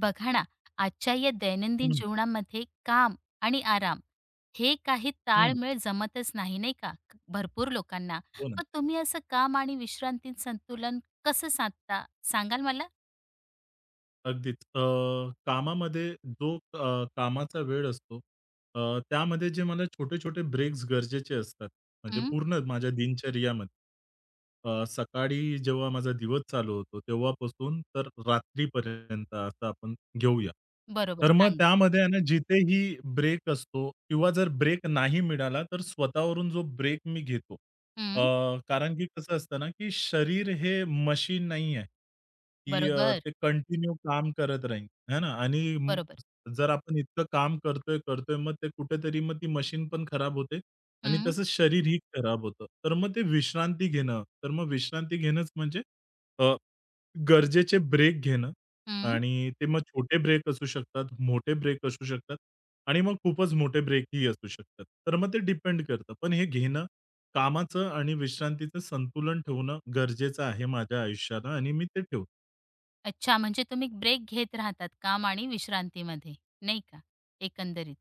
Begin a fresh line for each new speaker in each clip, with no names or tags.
बघा ना, आजच्या या दैनंदिन
हं,
जीवनामध्ये काम आणि आराम हे काही
हं.
ताळमेळ जमतच नाही, नाही का? भरपूर लोकांना.
हो ना.
मग तुम्ही असं काम आणि विश्रांतीत संतुलन कसं साधता सांगाल मला?
अगदीच. कामामध्ये जो कामाचा वेळ असतो, त्यामध्ये जे मला छोटे-छोटे ब्रेक्स गरजेचे असतात. म्हणजे
हं,
पूर्ण माझ्या दिनचर्यामध्ये. सकाळी जेव्हा माझा दिवस चालू होतो तेव्हापासून तर रात्रीपर्यंत असं आपण घेऊया.
बरोबर
तर मग
सांगा.
त्यामध्ये आहे ना जिथेही ब्रेक असतो किंवा जर ब्रेक नाही मिळाला तर स्वतःवरून जो ब्रेक मी घेतो. अ,
हं,
कारण की कसं असतं ना, की शरीर हे मशीन नाही आहे, की
बरोबर,
ते कंटिन्यू काम करत राहील, है ना? आणि म
बरोबर.
जर आपण इतकं काम करतोय, मग ते कुठेतरी मग ती मशीन पण खराब होते आणि
हं,
तसंच शरीरही खराब होतं. तर मग ते विश्रांती घेणं, तर मग विश्रांती घेणंच म्हणजे गरजेचे ब्रेक घेणं
हं.
आणि ते मग छोटे ब्रेक असू शकतात, मोठे ब्रेक असू शकतात आणि मग खूपच मोठे ब्रेकही असू शकतात. तर मग ते डिपेंड करतं. पण हे घेणं, कामाचं आणि विश्रांतीचं संतुलन ठेवणं गरजेचं आहे माझ्या आयुष्याला आणि मी ते ठेवतो.
अच्छा म्हणजे तुम्ही ब्रेक घेत राहतात काम आणि विश्रांतीमध्ये, नाही का? एकंदरीत.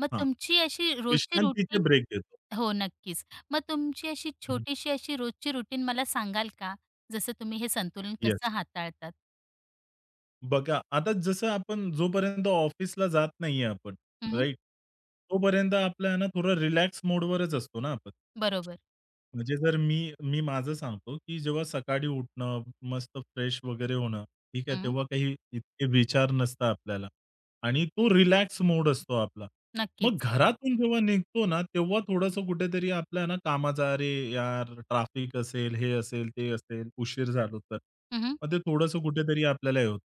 मग
हां,
तुमची अशी रोजची
विश्रांतीचे
रुटीन
ब्रेक घेतो.
हो, नक्कीच. मग तुमची अशी
हं.
छोटीशी अशी रोजची रुटीन मला सांगाल का? जसं तुम्ही हे संतुलन
येस.
कसं हाताळतात?
बघा, आता जसं आपण जोपर्यंत ऑफिसला जात नाहीये आपण,
हं,
राइट? तोपर्यंत आपला ना थोडं रिलॅक्स मोडवरच असतो ना आपण.
बरोबर.
म्हणजे जर मी मी माझं सांगतो, की जेव्हा सकाळी उठणं, मस्त फ्रेश वगैरे होणं, ठीक आहे.
हं,
तेव्हा काही इतके विचार नसतात आपल्याला आणि तो रिलॅक्स मोड असतो आपला. मग
नक्कीच.
घरातून जेव्हा निघतो ना, तेव्हा थोडंसं कुठेतरी आपल्या ना कामाचा, "अरे यार, ट्राफिक असेल, हे असेल, ते असेल, उशीर झालो तर."
हं, हं.
मग ते थोडंसं कुठेतरी आपल्याला हे होतं.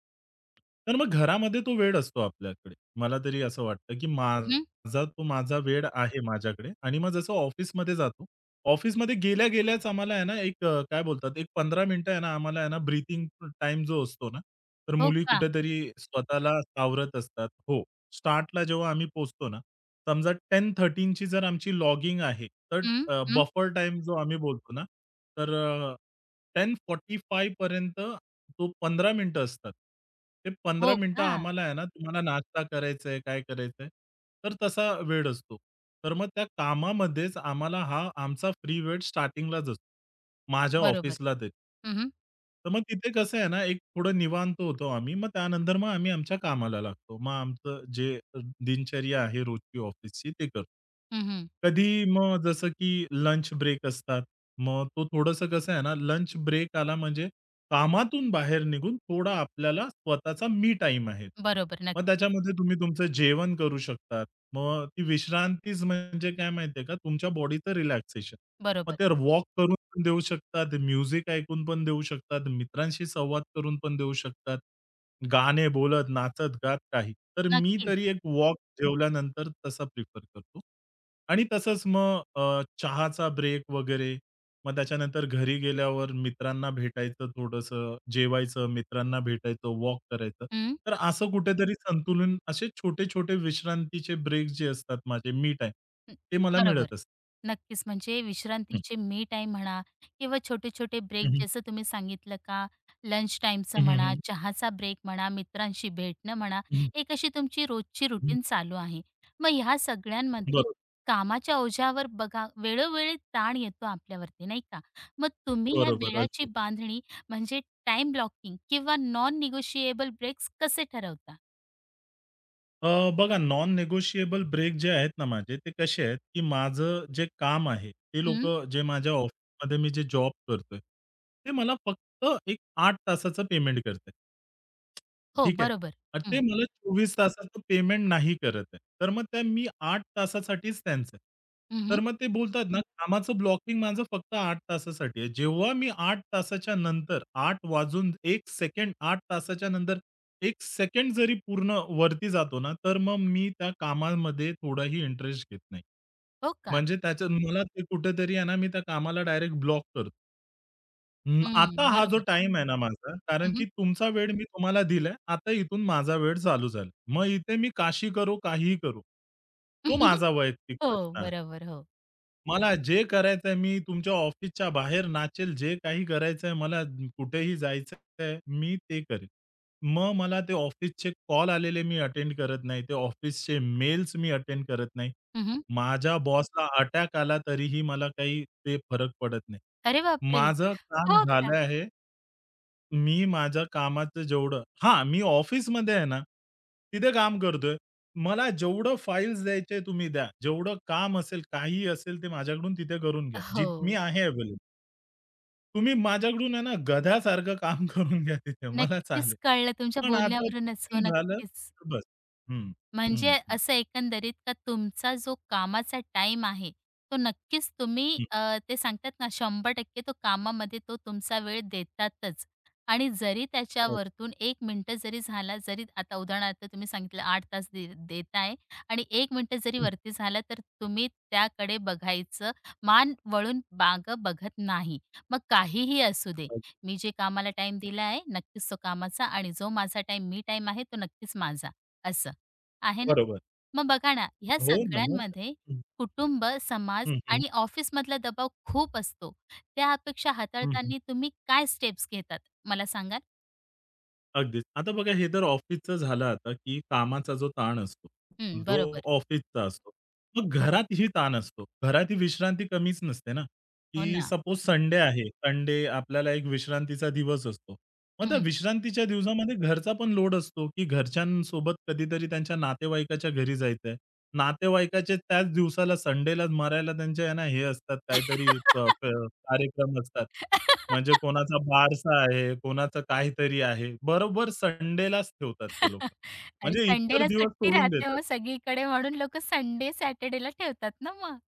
तर मग घरामध्ये तो वेळ असतो आपल्याकडे. मला तरी असं वाटतं, की माझा तो माझा वेळ आहे माझ्याकडे आणि मग जसं ऑफिसमध्ये जातो ऑफिसमध्ये गेल्या गेल्याच आम्हाला आहे ना, एक काय बोलतात, एक 15 मिनिटं आहे ना, आम्हाला आहे ना, ब्रीथिंग टाइम जो असतो ना, तर
हो
मुली
का?
कुठेतरी स्वतःला सावरत असतात. हो. स्टार्टला जेव्हा आम्ही पोहोचतो ना, समजा 10:13 ची जर आमची लॉगिंग आहे,
हं,
तर
हं.
बफर टाइम जो आम्ही बोलतो ना, तर 10:45 पर्यंत जो 15 मिनिटं असतात, ते 15
हो
मिनिटं
का?
आम्हाला आहे ना, तुम्हाला नाश्ता करायचा आहे, काय करायचं आहे, तर तसा वेळ असतो. तर मग त्या कामामध्येच आम्हाला हा आमचा फ्री वेळ स्टार्टिंगलाच असतो. माझ्या
बरोबर.
ऑफिसला तरी.
हं.
तर मग तिथे कसं आहे ना, एक थोडं निवांत होतो आम्ही. मग त्यानंतर मग आम्ही आमच्या कामाला लागतो. मग आमचं जे दिनचर्या आहे रोजची ऑफिसची ते करतो.
हं, हं.
कधी मग जसं की लंच ब्रेक असतात. मग तो थोडंसं कसं आहे ना, लंच ब्रेक आला म्हणजे कामातून बाहेर निघून थोडा आपल्याला स्वतःचा मी टाईम आहे.
बरोबर,
मग
नक्कीच.
त्याच्यामध्ये तुम्ही तुमचं जेवण करू शकतात. मग ती विश्रांतीच म्हणजे काय माहिती का, तुमच्या बॉडीचं रिलॅक्सेशन. मग
बरोबर.
ते वॉक करून पण देऊ शकतात, म्युझिक ऐकून पण देऊ शकतात, मित्रांशी संवाद करून पण देऊ शकतात. गाणे बोलत, नाचत-गात काही. तर मी
नक्कीच.
तरी एक वॉक जेवल्यानंतर तसा प्रिफर करतो. आणि तसंच मग चहाचा ब्रेक वगैरे. मग त्याच्यानंतर घरी गेल्यावर मित्रांना भेटायचं थोडंसं, जेवायचं, मित्रांना भेटायचं, वॉक करायचं.
हं,
तर असं कुठेतरी संतुलन असे छोटे-छोटे विश्रांतीचे ब्रेक जे असतात माझे, मी टाईम
हं.
ते मला
बरोबर.
मिळत असतात.
नक्कीच. म्हणजे विश्रांतीचे मी टाईम म्हणा किंवा छोटे-छोटे ब्रेक
हं.
जसं तुम्ही सांगितलं का लंच टाईमचं
हं,
हं.
हं,
म्हणा,
हं.
चहाचा ब्रेक म्हणा, मित्रांशी भेटणं म्हणा,
हं,
एक अशी तुमची रोजची
हं.
रुटीन चालू आहे. मग ह्या सगळ्यांमध्ये
बरोबर,
कामाच्या ओझ्यावर बघा वेळोवेळी ताण येतो आपल्यावरती नाही का? मग तुम्ही या
बरोबर.
वेळाची
अगदी.
बांधणी म्हणजे टाईम ब्लॉकिंग किंवा नॉन निगोशिएबल ब्रेक्स कसे ठरवता?
अ, बघा नॉन नेगोशिएबल ब्रेक जे आहेत ना माझे, ते कसे आहेत, की माझं जे काम आहे, ते
हं.
लोकं जे माझ्या ऑफिसमध्ये मी जे जॉब करतोय, ते मला फक्त एक 8 तासाचं पेमेंट करतायत.
हो,
ठीक आहे.
बरोबर.
आणि ते
हं.
मला 24 तासाचं पेमेंट नाही करत आहे. तर मग त्या मी 8 तासासाठीच त्यांचं आहे.
हं,
तर मग ते बोलतात ना, कामाचं ब्लॉकिंग माझं फक्त 8 तासासाठी आहे. जेव्हा मी 8 तासाच्या नंतर 8 वाजून 1 सेकंड 8 तासाच्या नंतर 1 सेकंड जरी पूर्ण वरती जातो ना, तर मग मी त्या कामामध्ये थोडाही इंटरेस्ट घेत नाही.
हो का?
म्हणजे त्याच्यात मला ते कुठेतरी आहे ना, मी त्या कामाला डायरेक्ट ब्लॉक करतो. अं, आता
हं,
हा जो
बरोबर.
टाईम आहे ना माझा, कारण की
हं.
तुमचा वेळ मी तुम्हाला दिलाय. आता इथून माझा वेळ चालू झाला. मग इथे मी काशी करू, काहीही करू. तो माझा वैयक्तिक
हो,
प्रश्न आहे.
बरोबर. हो.
मला जे करायचंय मी तुमच्या ऑफिसच्या बाहेर नाचेल, जे काही करायचंय मला कुठेही जायचंय, मी ते करेल. मग मला ते ऑफिसचे कॉल आलेले मी अटेंड करत नाही. ते ऑफिसचे मेल्स मी अटेंड करत नाही.
हं, हं.
माझ्या बॉसला अटॅक आला तरीही मला काही ते फरक पडत नाही.
अरे बापरे!
माझं काम
हो का?
झालं आहे. मी माझ्या कामाचं जेवढं हां, मी ऑफिसमध्ये आहे ना, तिथे काम करतोय. मला जेवढं फाइल्स द्यायचे तुम्ही द्या. जेवढं काम असेल, काहीही असेल ते माझ्याकडून तिथे करून घ्या.
हो.
जी मी आहे अवेलेबल. तुम्ही माझ्याकडून आहे ना, गध्यासारखं काम करून घ्या तिथे मला चालेल.
नक्कीच कळलं तुमच्या
पण आता
बोलण्यावरूनच. हो,
चुकून झालं
नक्कीच.
तर बस. हं, हं,
म्हणजे
हं,
असं एकंदरीत का तुमचा जो कामाचा टाइम आहे, तो नक्कीच तुम्ही
हं.
ते सांगतात ना 100% तो कामामध्ये तो तुमचा वेळ देतातच. आणि जरी त्याच्यावरतून एक मिनिटं जरी झाला, जरी आता उदाहरणार्थ तुम्ही सांगितलं 8 तास देताय आणि 1 मिनिटं जरी वरती झाला, तर तुम्ही त्याकडे बघायचं, मान वळून मागं बघत नाही. मग काहीही असू दे, मी जे कामाला टाईम दिला आहे, नक्कीच तो कामाचा आणि जो माझा टाईम मी टाईम आहे, तो नक्कीच माझा, असं. आहे ना.
बरोबर.
मग बघा ना, ह्या
हो ना मग.
सगळ्यांमध्ये
हं,
कुटुंब, समाज
हं.
आणि ऑफिसमधला दबाव खूप असतो. त्या अपेक्षा
हं,
हाताळताना तुम्ही काय स्टेप्स घेतात मला सांगाल?
अगदीच. आता बघा हे तर ऑफिसचं झालं आता, की कामाचा जो ताण असतो,
हं,
जो
बरोबर.
ऑफिसचा असतो. मग घरातही ताण असतो. घरात ही विश्रांती कमीच नसते ना,
हो
की
ना.
सपोज संडे आहे. संडे आपल्याला एक विश्रांतीचा दिवस असतो. मग त्या
हं.
विश्रांतीच्या दिवसामध्ये घरचा पण लोड असतो, की घरच्यांसोबत कधीतरी त्यांच्या नातेवाईकाच्या घरी जायचंय. नातेवाईकाचे त्याच दिवसाला संडेला मरायला त्यांच्या आहे ना हे असतात काहीतरी प प कार्यक्रम असतात. म्हणजे कोणाचा बारसा आहे, कोणाचं काहीतरी आहे. बरोबर संडेलाच ठेवतात ते लोकं.
अरे,
म्हणजे इतर
संडेला
दिवस
सुट्टी
सोडून
राहते
देतात.
मग सगळीकडे म्हणून लोकं संडे, सॅटर्डेला ठेवतात ना मग.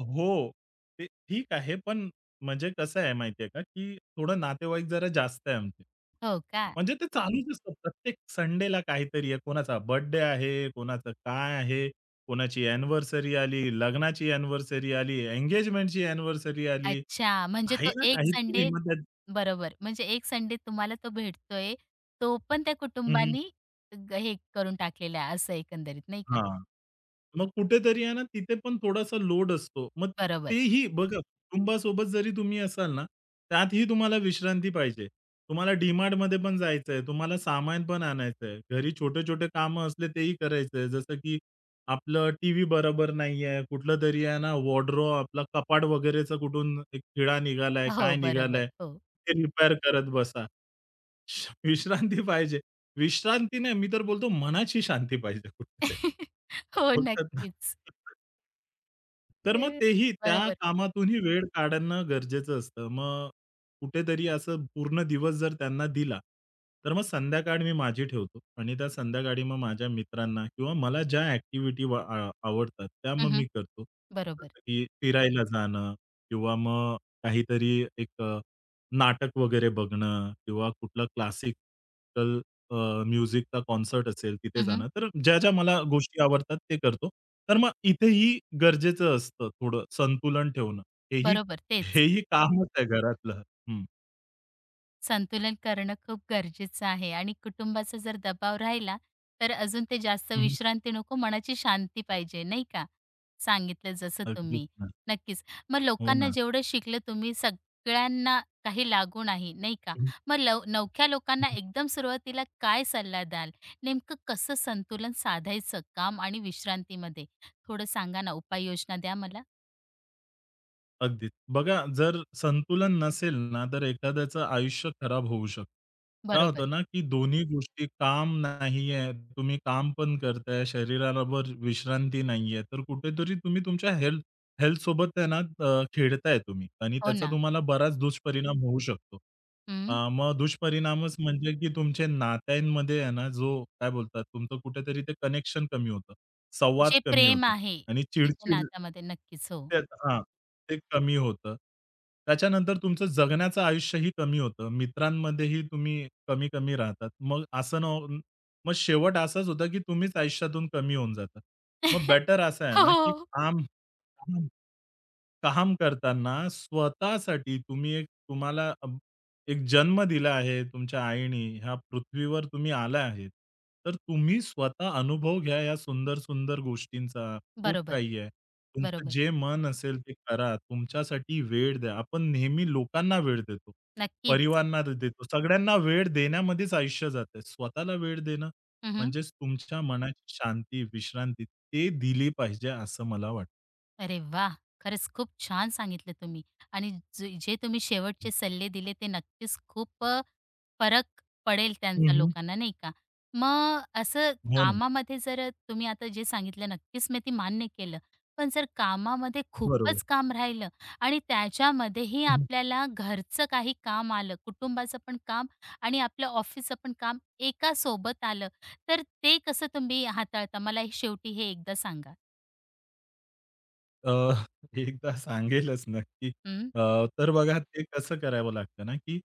हो. ते ठीक आहे, पण म्हणजे कसं आहे माहिती का, की थोडं नातेवाईक जरा जास्त आहे आमचे.
हो का?
म्हणजे ते चालूच असतं. प्रत्येक संडेला काहीतरी आहे. कोणाचा बर्थडे आहे, कोणाचं काय आहे, कोणाची अॅनिव्हर्सरी आली, लग्नाची अॅनिव्हर्सरी आली, एंगेजमेंटची अॅनिव्हर्सरी आली.
अच्छा, म्हणजे
काही
तो
ना
एक संडे
काहीतरी मग त्यात
बरोबर. म्हणजे एक संडे तुम्हाला तो भेटतोय, तो पण त्या
हं.
कुटुंबानी ग हे करून टाकलेला आहे असं एकंदरीत नाही का?
मग कुठेतरी आहे ना, तिथे पण थोडासा लोड असतो. मग
बरोबर.
तेही बघा, कुटुंबासोबत जरी तुम्ही असाल ना, त्यातही तुम्हाला विश्रांती पाहिजे. तुम्हाला डी-मार्टमध्ये पण जायचंय, तुम्हाला सामान पण आणायचंय. घरी छोटे-छोटे कामं असले तेही करायचंय. जसं की आपलं टीव्ही बरोबर नाहीये, कुठलंतरी आहे ना, वॉर्डरोब आपला कपाट वगैरेचा कुठून एक खिळा निघालाय, काय
हो, बरोबर.
निघालाय,
हो.
ते रिपेअर करत बसा. विश्रांती पाहिजे. विश्रांती नाही, मी तर बोलतो मनाची शांती पाहिजे कुठेतरी.
हो,
बोलतात ना.
नक्कीच.
तर मग
अ,
तेही त्या
बरोबर.
कामातूनही वेळ काढणं गरजेचं असतं. मग कुठेतरी असं पूर्ण दिवस जर त्यांना दिला, तर मग संध्याकाळ मी माझी ठेवतो आणि त्या संध्याकाळी मग माझ्या मित्रांना किंवा मला ज्या ॲक्टिव्हिटी आवडतात त्या मग मी
हं,
करतो.
बरोबर.
जसं की फिरायला जाणं किंवा मग काहीतरी एक नाटक वगैरे बघणं किंवा कुठलं क्लासिकल अ, म्युझिकचा कॉन्सर्ट असेल तिथे
हं,
जाणं. तर ज्या-ज्या मला गोष्टी आवडतात ते करतो. तर मग इथेही गरजेचं असतं थोडं संतुलन ठेवणं. हेही
बरोबर तेच.
हेही कामच आहे घरातलं. हं.
संतुलन करणं खूप गरजेचं आहे आणि कुटुंबाचा जर दबाव राहिला, तर अजून ते जास्त
हं,
विश्रांती नको, मनाची शांती पाहिजे, नाही का? सांगितलं जसं
अगदीच
तुम्ही.
ना.
नक्कीच. मग
हो
लोकांना
ना.
जेवढं शिकलं तुम्ही सगळ्यांना काही लागू नाही, नाही का?
हं,
मग नवख्या लोकांना
हं.
एकदम सुरुवातीला काय सल्ला द्याल? नेमकं कसं संतुलन साधायचं काम आणि विश्रांतीमध्ये? थोडं सांगा ना, उपाययोजना द्या मला.
अगदीच. बघा जर संतुलन नसेल ना, तर एखाद्याचं आयुष्य खराब होऊ शकतं. काय
बरोबर.
होतं ना, की दोन्ही गोष्टी काम नाहीये, तुम्ही काम पण करताय, शरीराबरोबर विश्रांती नाहीये, तर कुठेतरी तुम्ही तुमच्या हेल्थसोबत आहे ना खेळताय तुम्ही आणि
हो
त्याचा
ना.
तुम्हाला बराच दुष्परिणाम होऊ शकतो.
हं.
मग दुष्परिणामच म्हणजे की तुमच्या नात्यांमध्ये आहे ना, जो काय बोलतात तुमचं कुठेतरी ते कनेक्शन कमी होतं, संवाद
जे
कमी
प्रेम
होतो.
आहे,
आणि
तिच्या
चिडचिड
नात्यामध्ये. नक्कीच, हो.
ते हां, ते कमी होतं. त्याच्यानंतर तुमचं जगण्याचं आयुष्यही कमी होतं. मित्रांमध्येही तुम्ही कमी-कमी राहतात. मग असं न होऊन मग शेवट असाच होता, की तुम्हीच आयुष्यातून कमी होऊन जाता. मग बेटर असं आहे ना, की
हो,
काम काम काम करताना स्वतःसाठी तुम्ही एक तुम्हाला एक जन्म दिला आहे तुमच्या आईने. ह्या पृथ्वीवर तुम्ही आला आहेत. तर तुम्ही स्वतः अनुभव घ्या या सुंदर-सुंदर गोष्टींचा. खूप
बरोबर,
काही आहे. तुमचं
बरोबर.
जे मन असेल ते करा. तुमच्यासाठी वेळ द्या. आपण नेहमी लोकांना वेळ देतो.
नक्कीच.
परिवारांना देतो. सगळ्यांना वेळ देण्यामध्येच आयुष्य जातंय. स्वतःला वेळ देणं
हं, हं.
म्हणजेच तुमच्या मनाची शांती, विश्रांती ते दिली पाहिजे असं मला वाटतं.
अरे वाह! खरंच खूप छान सांगितलं तुम्ही आणि जे जे तुम्ही शेवटचे सल्ले दिले ते नक्कीच खूप फरक पडेल त्यांचा
हं,
लोकांना, नाही का? मग असं
हो ना.
कामामध्ये जर तुम्ही आता जे सांगितलं नक्कीच मी ते मान्य केलं. पण जर कामामध्ये
बरोबर.
खूपच काम राहिलं आणि त्याच्यामध्येही आपल्याला घरचं काही काम आलं, कुटुंबाचं पण काम आणि आपलं ऑफिसचं पण काम एका सोबत आलं, तर ते कसं तुम्ही हाताळता? मला हे शेवटी हे एकदा सांगा?
अ, एकदा सांगेलच नक्की.
हं.
तर बघा ते कसं करावं लागतं ना, की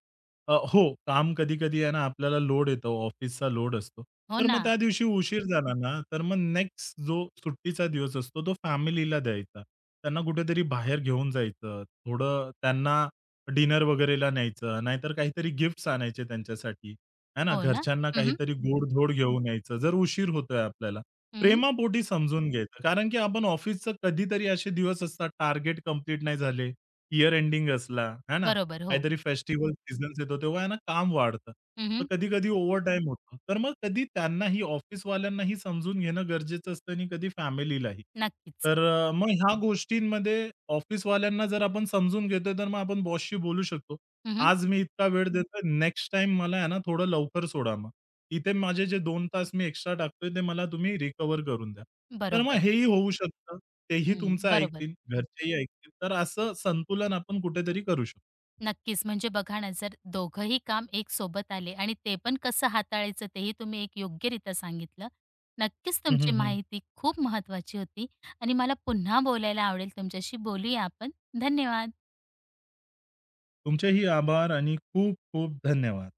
हो, काम कधी-कधी आहे ना आपल्याला लोड येतो, ऑफिसचा लोड असतो.
हो
तर मग
ना.
त्या दिवशी उशीर झाला ना, तर मग नेक्स्ट जो सुट्टीचा दिवस असतो तो फॅमिलीला द्यायचा. त्यांना कुठेतरी बाहेर घेऊन जायचं, थोडं त्यांना डिनर वगैरेला न्यायचं, नाहीतर काहीतरी गिफ्ट्स आणायचे त्यांच्यासाठी, आहे ना.
हो ना.
घरच्यांना
हं, हं.
काहीतरी गोड-धोड घेऊन यायचं, जर उशीर होतोय आपल्याला. प्रेमापोटी समजून घ्यायचं. कारण की आपण ऑफिसचं कधीतरी असे दिवस असतात टार्गेट कंप्लीट नाही झाले. इयर एंडिंग असला, है ना?
बरोबर. हो.
काहीतरी फेस्टिवल सीझन्स येतो तेव्हा आहे ना काम वाढतं. तर
हं,
कधी-कधी ओव्हरटाईम होतो. तर मग कधी त्यांनाही ऑफिसवाल्यांनाही समजून घेणं गरजेचं असतं आणि कधी फॅमिलीलाही.
नक्कीच.
तर मग ह्या गोष्टींमध्ये ऑफिसवाल्यांना जर आपण समजून घेतोय, तर मग आपण बॉसशी बोलू शकतो.
हं,
आज मी इतका वेळ देतोय, नेक्स्ट टाईम मला आहे ना थोडं लवकर सोडा इथे माझे जे 2 तास मी एक्स्ट्रा टाकतोय ते मला तुम्ही रिकव्हर करून द्या. तर मग
बरोबर.
हेही होऊ शकतं. तेही
हं.
तुमचं
बरोबर.
ऐकतील, घरचेही ऐकतील. तर असं संतुलन आपण कुठेतरी करू शकतो.
नक्कीच. म्हणजे बघा ना, जर दोघंही काम एक सोबत आले आणि ते पण कसं हाताळायचं तेही तुम्ही एक योग्यरित्या सांगितलं. नक्कीच
हं,
तुमची
हं, हं.
माहिती खूप महत्वाची होती आणि मला पुन्हा बोलायला आवडेल तुमच्याशी. बोलूया आपण. धन्यवाद.
तुमचेही आभार आणि खूप खूप धन्यवाद.